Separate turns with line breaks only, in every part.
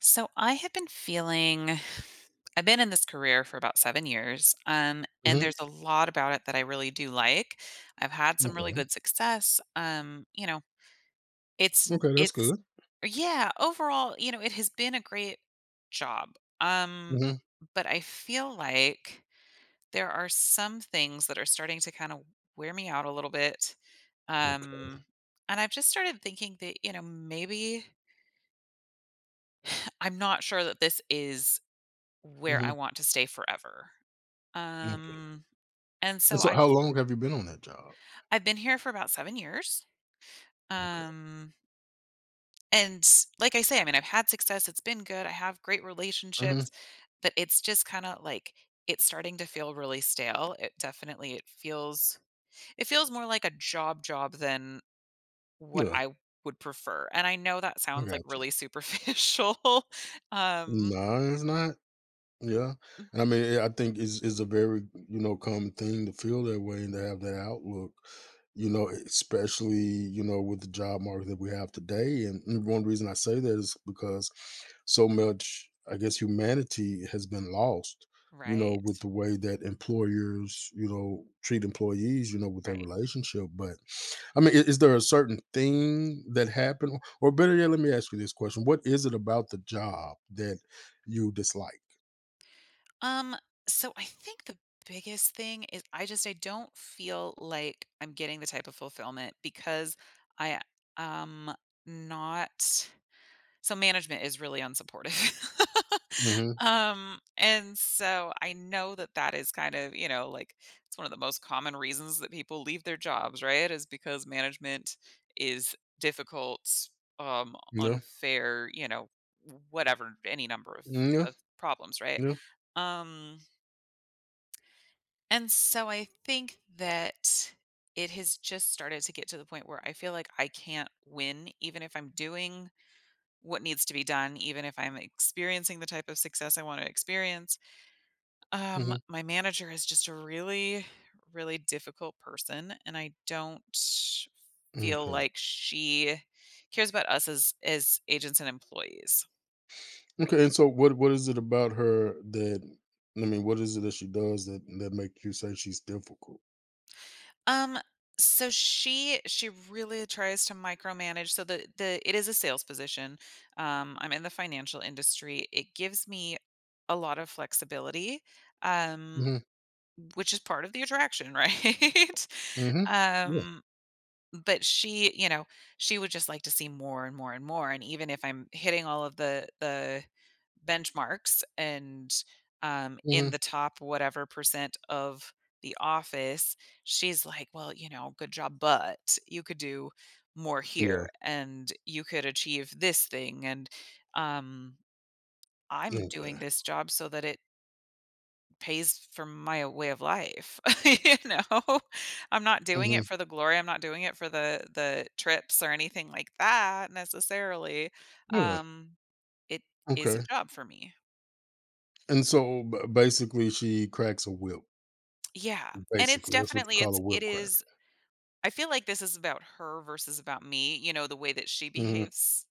So I have been feeling I've been in this career for about 7 years, and
Mhm.
there's a lot about it that I really do like. I've had some really
Okay.
good success. You know,
Okay, that's
it's
good.
Yeah, overall, you know, it has been a great job. Um,
Mhm.
but I feel like there are some things that are starting to kind of wear me out a little bit.
Okay.
Um, and I've just started thinking that, you know, maybe I'm not sure that this is Where I
Mhm.
want to stay forever.
Okay.
Um, and
And
so
so how long have you been on that job?
I've been here for about 7 years.
Okay.
Um, and like I say, I mean, I've had success, it's been good, I have great
Mhm.
relationships, but it's just kinda like it's starting to feel really stale. It feels more like a job job than what
Yeah.
I would prefer, and I know that
I
sounds, like,
got you.
really superficial. um
No, it's not. Yeah,
Mhm.
and I mean, I think it's is a very, common thing to feel that way and to have that outlook, especially with the job market that we have today. And one reason I say that is because so much, I guess, humanity has been lost,
Right,
with the way that employers, treat employees, with their
right.
relationship. But I mean, is there a certain thing that happened, or better yet, let me ask you this question: what is it about the job that you dislike?
Um, so I think the biggest thing is I don't feel like I'm getting the type of fulfillment because I am not So management is really unsupportive.
Mhm.
And so I know that that is kind of, you know, like it's one of the most common reasons that people leave their jobs, right? Is because management is difficult,
Yeah.
unfair, you know, whatever, any number
Yeah.
of problems, right?
Yeah.
Um, and so I think that it has just started to get to the point where I feel like I can't win, even if I'm doing what needs to be done, even if I'm experiencing the type of success I want to experience.
Mhm.
My manager is just a really, really difficult person, and I don't feel
Okay.
like she cares about us as agents and employees.
Okay. And so, what is it about her that, I mean, what is it that she does, that make you say she's difficult?
Um, so she really tries to micromanage. So the it is a sales position. I'm in the financial industry. It gives me a lot of flexibility. Um,
Mhm.
Which is part of the attraction, right?
Mhm. Yeah.
Um, but she, you know, she would just like to see more and more and more, and even if I'm hitting all of the benchmarks and in
Mhm.
the top whatever percent of the office, she's like, "Well, you know, good job, but you could do more
Yeah.
here and you could achieve this thing and um I'm
Okay.
doing this job so that it pays for my way of life, you know? I'm not doing
Mhm.
it for the glory, I'm not doing it for the trips or anything like that necessarily.
Yeah.
Um, it is a
Okay.
job for me.
And so, basically, she cracks a whip.
Yeah, and it's
Basically, that's what you
definitely
call a
it's it
whip cracker.
is I feel like this is about her versus about me, you know, the way that she
Mhm.
behaves,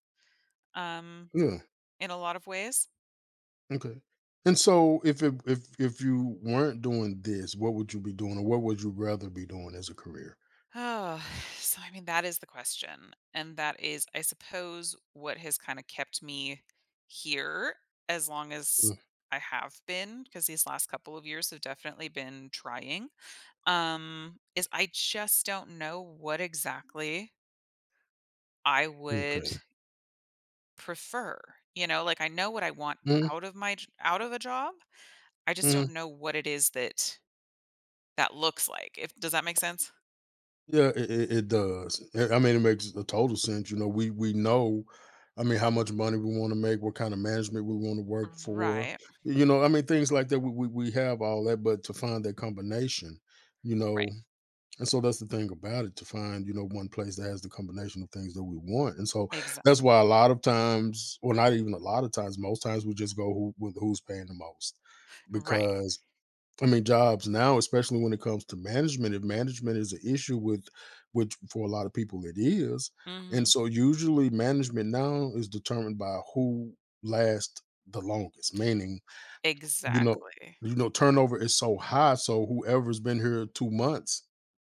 um,
Yeah.
in a lot of ways.
Okay. And so, if it, if you weren't doing this, what would you be doing, or what would you rather be doing as a career?
Oh, so I mean, that is the question. And that is, I suppose, what has kind of kept me here as long as
Mm.
I have been, because these last couple of years have definitely been trying. Is I just don't know what exactly I
Okay.
would prefer. You know, like I know what I want
Mhm.
out of my out of a job. I just don't
Mhm.
know what it is that that looks like. If does that make sense?
Yeah, it does. I mean, it makes a total sense. You know, we know, I mean, how much money we want to make, what kind of management we want to work for.
Right.
You know, I mean, things like that. We have all that, but to find that combination, you know,
Right.
and so that's the thing about it. To find, you know, one place that has the combination of things that we want. And so that's why a
Exactly.
lot of times, or not even a lot of times, most times we just go who with who's paying the most,
Right.
because I mean, jobs now, especially when it comes to management, if management is an issue with, which for a lot of people it is, and
Mhm.
so usually management now is determined by who lasts the longest. Meaning, you know,
Exactly.
turnover is so high, so whoever's been here 2 months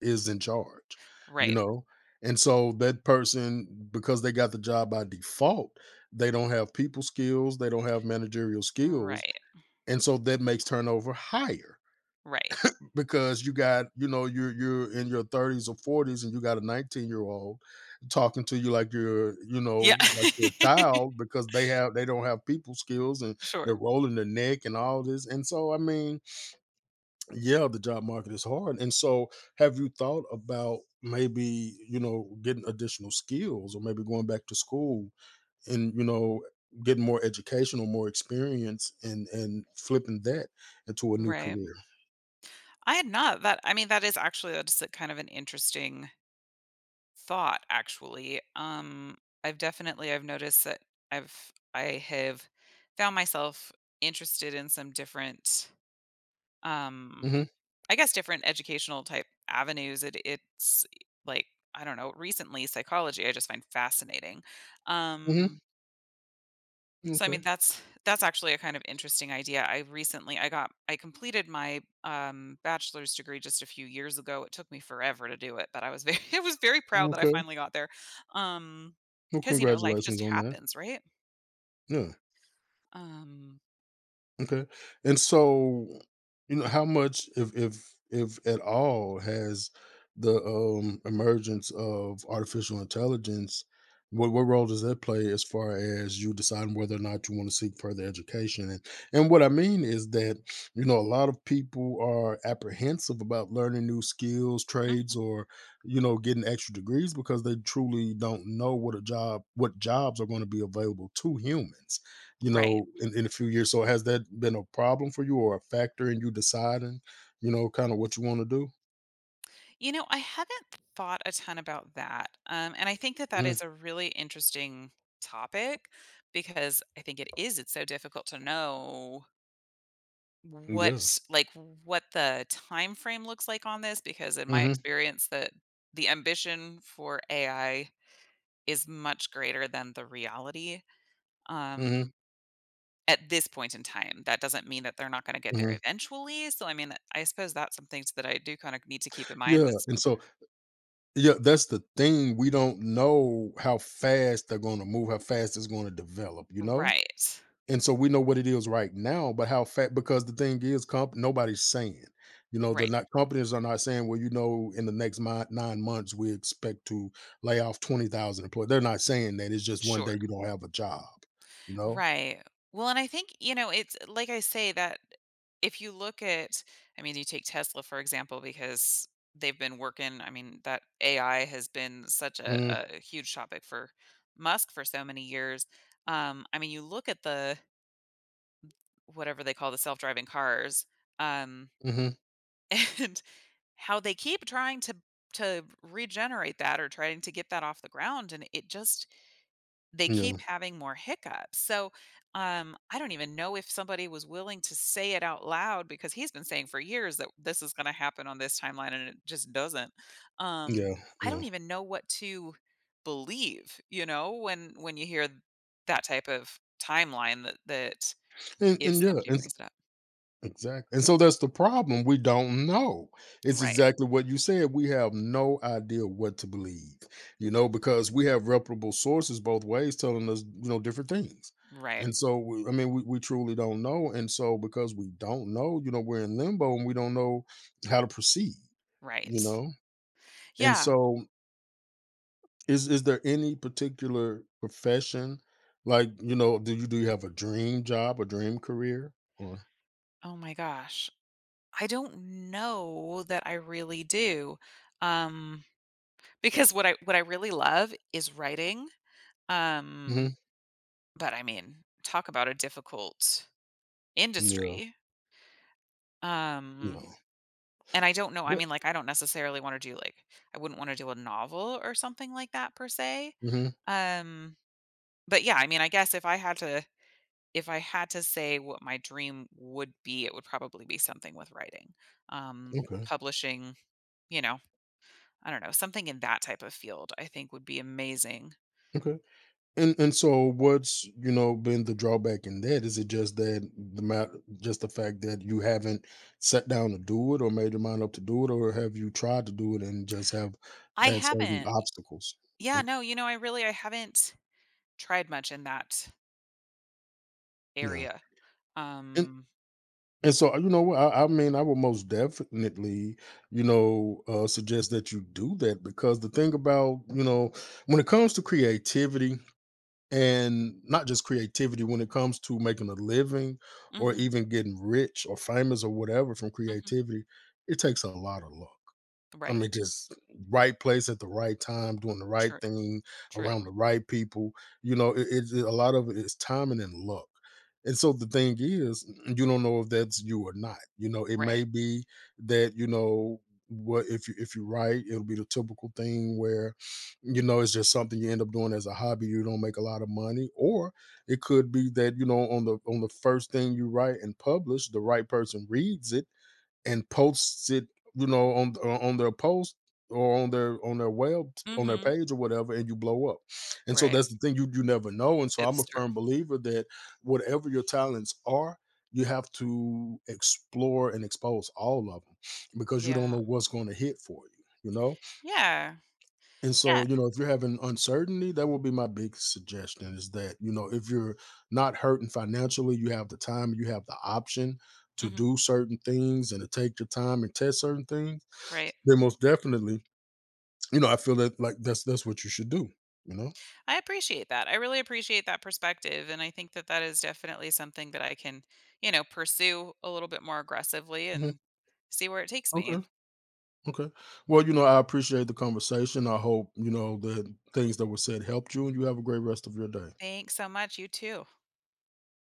is in charge, you
Right,
know, and so that person, because they got the job by default, they don't have people skills, they don't have managerial skills,
right,
and so that makes turnover higher
right.
because you got, you're in your 30s or 40s, and you got a 19-year-old talking to you like you're you
Yeah.
know like you're a child because they don't have people skills, and
Sure.
they're rolling their neck and all this. And so I mean, yeah, the job market is hard. And so, have you thought about maybe, getting additional skills or maybe going back to school and, getting more educational, more experience, and flipping that into a new
Right.
career?
I had not that I mean, that is actually that's a kind of an interesting thought, actually. I've definitely I've noticed that I have found myself interested in some different, um,
Hmm.
I guess different educational type avenues. It's like, I don't know, recently psychology I just find fascinating.
Hmm.
Um So, I mean,
Okay.
that's actually a kind of interesting idea. I got I completed my bachelor's degree just a few years ago. It took me forever to do it, but I was very I was very proud that I
Okay.
finally got there. Um,
Well,
because you know, life just
congratulations on that.
happens, right?
Yeah.
Um,
Okay. And so, you know, how much, if at all, has the emergence of artificial intelligence, what role does that play as far as you deciding whether or not you want to seek further education? And what I mean is that, you know, a lot of people are apprehensive about learning new skills,
mhm.
trades, or, you know, getting extra degrees because they truly don't know what a job, what jobs are going to be available to humans,
Right.
in a few years. So has that been a problem for you, or a factor in you deciding, you know, kind of what you want to do?
You know, I haven't thought a ton about that. And I think that that
Mhm.
is a really interesting topic because I think it is. It's so difficult to know
Yeah.
What's like, what the time frame looks like on this, because in my
Mm-hmm.
experience that the ambition for AI is much greater than the reality,
Mm-hmm.
um, at this point in time. That doesn't mean that they're not gonna get there
Hmm.
eventually, so, I mean, I suppose that's something that I do kind of need to keep in mind
Yeah.
is
And so, yeah, that's the thing. We don't know how fast they're going to move, how fast it's going to develop, you know?
Right,
And so we know what it is right now, but how fat, because the thing is, comp— nobody's saying, you know, they're
right,
not— companies are not saying, well, you know, in the next 9 months we expect to lay off 20,000 employees. They're not saying that. It's just one day
sure.
you don't have a job, you know.
Right. Well, and I think, you know, it's like I say that if you look at, I mean, you take Tesla, for example, because they've been working, I mean, that AI has been such
Mm-hmm.
a huge topic for Musk for so many years. I mean, you look at the whatever they call the self-driving cars, um,
Mm-hmm.
and how they keep trying to regenerate that or trying to get that off the ground. And it just they keep
Yeah.
having more hiccups. So, I don't even know if somebody was willing to say it out loud because he's been saying for years that this is going to happen on this timeline and it just doesn't. Um,
Yeah.
I
Yeah.
don't even know what to believe, you know, when you hear that type of timeline that that if
And yeah.
somebody
and
brings it up.
Exactly. And so that's the problem. We don't know. It's
Right.
exactly what you said. We have no idea what to believe, you know, because we have reputable sources both ways telling us, you know, different things.
Right.
And so, we— I mean, we truly don't know. And so, because we don't know, you know, we're in limbo and we don't know how to proceed, you
Right.
know? And
Yeah.
so, is there any particular profession? Like, you know, do you have a dream job, a dream career? Or,
Oh my gosh. I don't know that I really do. Um Because what I really love is writing, um,
Mhm.
but I mean, talk about a difficult
yeah,
industry, um,
yeah.
and I don't know, I mean, like, I don't necessarily wanna do, like I wouldn't wanna do a novel or something like that per se,
Mhm.
um, but yeah, I mean, I guess if I had to say what my dream would be, it would probably be something with writing, um,
Okay.
publishing, you know, I don't know, something in that type of field I think would be amazing.
Okay. And so what's, you know, been the drawback in that? Is it just that the amount, just the fact that you haven't sat down to do it or made your mind up to do it, or have you tried to do it and just have
I
had certain
haven't.
obstacles?
Yeah,
Okay.
no, you know, I haven't tried much in that
Yeah.
area.
And
Um
and so, you know what, I mean, I would most definitely, you know, suggest that you do that. Because the thing about, you know, when it comes to creativity, and not just creativity, when it comes to making a living or
mhm,
even getting rich or famous or whatever from
mhm.
creativity, it takes a lot of luck. I
Right.
mean, just right place at the right time, doing the right
True,
thing around
true.
the right people. You know, it, it's a lot of— it is timing and luck. And so the thing is, you don't know if that's you or not. You know, it
Right.
may be that, you know, what if you, if you write, it'll be the typical thing where, you know, it's just something you end up doing as a hobby. You don't make a lot of money. Or it could be that, you know, on the, first thing you write and publish, the right person reads it and posts it, you know, on their post, or on their, web, on their
Mhm.
page or whatever, and you blow up. And so
Right.
that's the thing, you, never know. And so I'm
It's
a
true.
firm believer that whatever your talents are, you have to explore and expose all of them because you don't
Yeah.
know what's going to hit for you. You know,
Yeah.
and so,
Yeah.
you know, if you're having uncertainty, that would be my big suggestion, is that, you know, if you're not hurting financially, you have the time, you have the option to
Mhm.
do certain things and to take your time and test certain things,
Right.
then most definitely, you know, I feel that, like, that's what you should do, you know?
I appreciate that. I really appreciate that perspective and I think that that is definitely something that I can, you know, pursue a little bit more aggressively
Mhm.
and see where it takes me.
Okay. Okay. Well, you know, I appreciate the conversation. I hope, you know, the things that were said helped you, and you have a great rest of your day.
Thanks so much. You too.